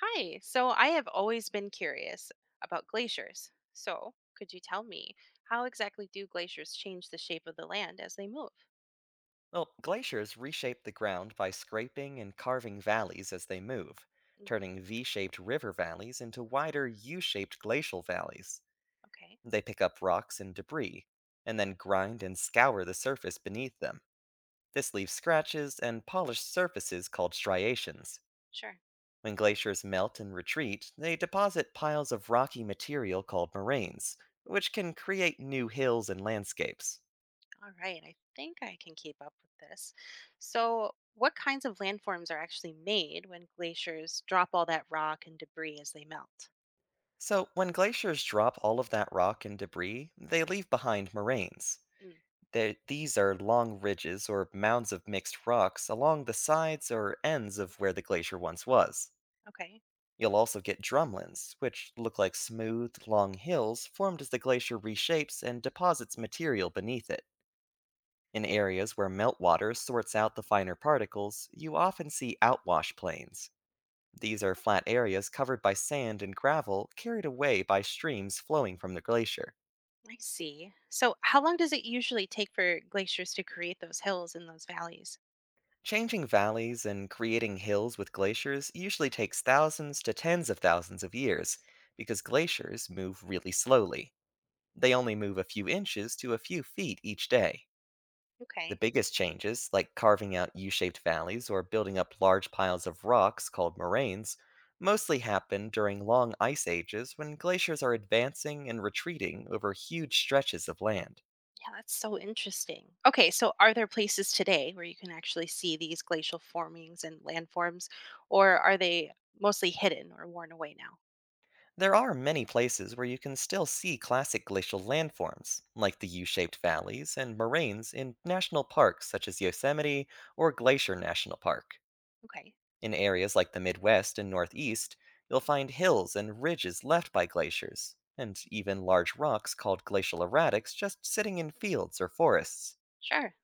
Hi. So I have always been curious about glaciers. So could you tell me how exactly do glaciers change the shape of the land as they move? Well, glaciers reshape the ground by scraping and carving valleys as they move, Mm, turning V shaped river valleys into wider U shaped glacial valleys. okay. They pick up rocks and debris, and then grind and scour the surface beneath them. This leaves scratches and polished surfaces called striations. Sure. When glaciers melt and retreat, they deposit piles of rocky material called moraines, which can create new hills and landscapes. All right. I think I can keep up with this. So what kinds of landforms are actually made when glaciers drop all that rock and debris as they melt? So, when glaciers drop all of that rock and debris, they leave behind moraines. Mm, These are long ridges or mounds of mixed rocks along the sides or ends of where the glacier once was. okay. You'll also get drumlins, which look like smooth, long hills formed as the glacier reshapes and deposits material beneath it. In areas where meltwater sorts out the finer particles, you often see outwash plains. These are flat areas covered by sand and gravel carried away by streams flowing from the glacier. I see. So how long does it usually take for glaciers to create those hills and those valleys? Changing valleys and creating hills with glaciers usually takes thousands to tens of thousands of years because glaciers move really slowly. They only move a few inches to a few feet each day. The Okay. biggest changes, like carving out U shaped valleys or building up large piles of rocks called moraines, mostly happen during long ice ages when glaciers are advancing and retreating over huge stretches of land. Yeah, that's so interesting. Okay, so are there places today where you can actually see these glacial formings and landforms, or are they mostly hidden or worn away now? There are many places where you can still see classic glacial landforms, like the U shaped valleys and moraines in national parks such as Yosemite or Glacier National Park. Okay, In areas like the Midwest and Northeast, you'll find hills and ridges left by glaciers, and even large rocks called glacial erratics just sitting in fields or forests. sure.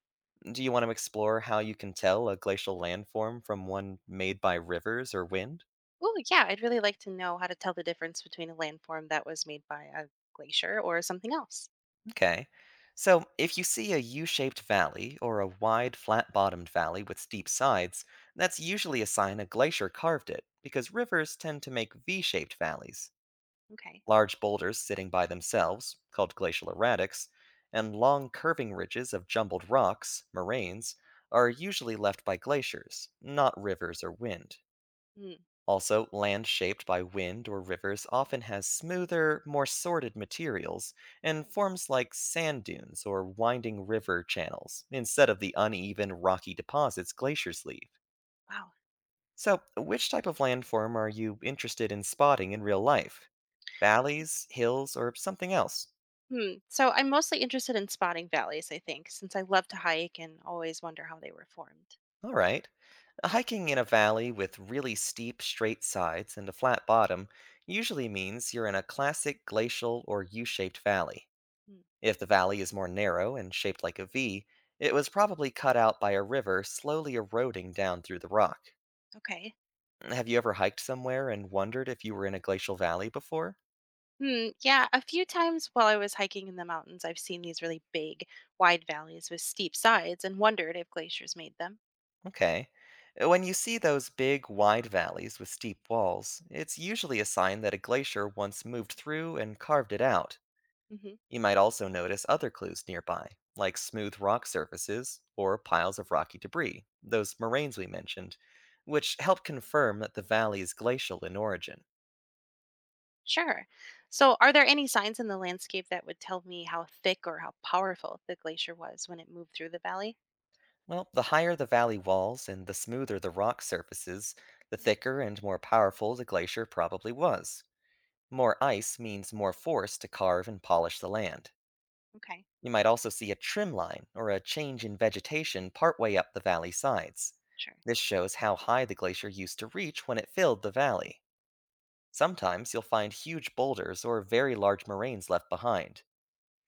Do you want to explore how you can tell a glacial landform from one made by rivers or wind? Oh, yeah, I'd really like to know how to tell the difference between a landform that was made by a glacier or something else. Okay. So, if you see a U shaped valley or a wide, flat bottomed valley with steep sides, that's usually a sign a glacier carved it, because rivers tend to make V shaped valleys. Okay. Large boulders sitting by themselves, called glacial erratics, and long curving ridges of jumbled rocks, moraines, are usually left by glaciers, not rivers or wind. Hmm. Also, land shaped by wind or rivers often has smoother, more sorted materials and forms like sand dunes or winding river channels instead of the uneven, rocky deposits glaciers leave. Wow. So, which type of landform are you interested in spotting in real life? Valleys, hills, or something else? Hmm. So I'm mostly interested in spotting valleys, I think, since I love to hike and always wonder how they were formed. All right. Hiking in a valley with really steep, straight sides and a flat bottom usually means you're in a classic glacial or U shaped valley. Hmm. If the valley is more narrow and shaped like a V, it was probably cut out by a river slowly eroding down through the rock. Okay. Have you ever hiked somewhere and wondered if you were in a glacial valley before? Hmm, yeah, a few times while I was hiking in the mountains, I've seen these really big, wide valleys with steep sides and wondered if glaciers made them. Okay. When you see those big, wide valleys with steep walls, it's usually a sign that a glacier once moved through and carved it out. Hmm. You might also notice other clues nearby, like smooth rock surfaces or piles of rocky debris, those moraines we mentioned, which help confirm that the valley is glacial in origin. Sure. So, are there any signs in the landscape that would tell me how thick or how powerful the glacier was when it moved through the valley? Well, the higher the valley walls and the smoother the rock surfaces, the thicker and more powerful the glacier probably was. More ice means more force to carve and polish the land. Okay, You might also see a trim line or a change in vegetation partway up the valley sides. sure. This shows how high the glacier used to reach when it filled the valley. Sometimes you'll find huge boulders or very large moraines left behind.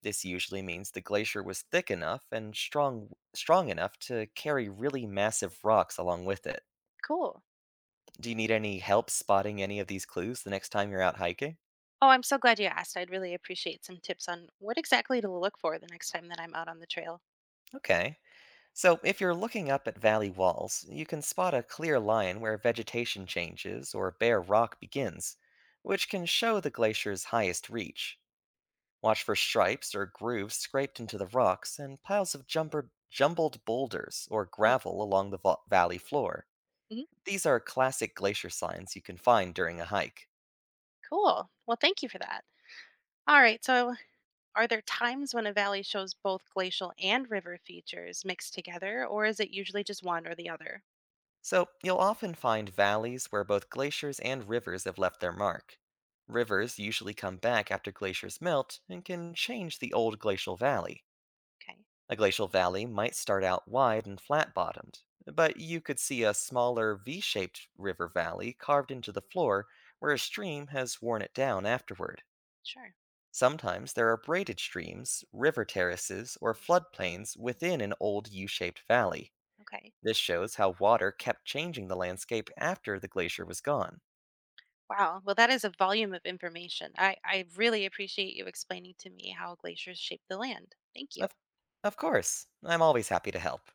This usually means the glacier was thick enough and strong enough to carry really massive rocks along with it. Cool. Do you need any help spotting any of these clues the next time you're out hiking? Oh, I'm so glad you asked. I'd really appreciate some tips on what exactly to look for the next time that I'm out on the trail. Okay. So, if you're looking up at valley walls, you can spot a clear line where vegetation changes or bare rock begins, which can show the glacier's highest reach. Watch for stripes or grooves scraped into the rocks and piles of jumbled boulders or gravel along the valley floor. Mm-hmm. These are classic glacier signs you can find during a hike. Cool. Well, thank you for that. All right, so are there times when a valley shows both glacial and river features mixed together, or is it usually just one or the other? So, you'll often find valleys where both glaciers and rivers have left their mark. Rivers usually come back after glaciers melt and can change the old glacial valley. Okay, A glacial valley might start out wide and flat bottomed, but you could see a smaller V shaped river valley carved into the floor where a stream has worn it down afterward. sure. Sometimes there are braided streams, river terraces, or floodplains within an old U shaped valley. Okay. This shows how water kept changing the landscape after the glacier was gone. Wow. Well, that is a volume of information. I really appreciate you explaining to me how glaciers shape the land. Thank you. Of, of course, I'm always happy to help.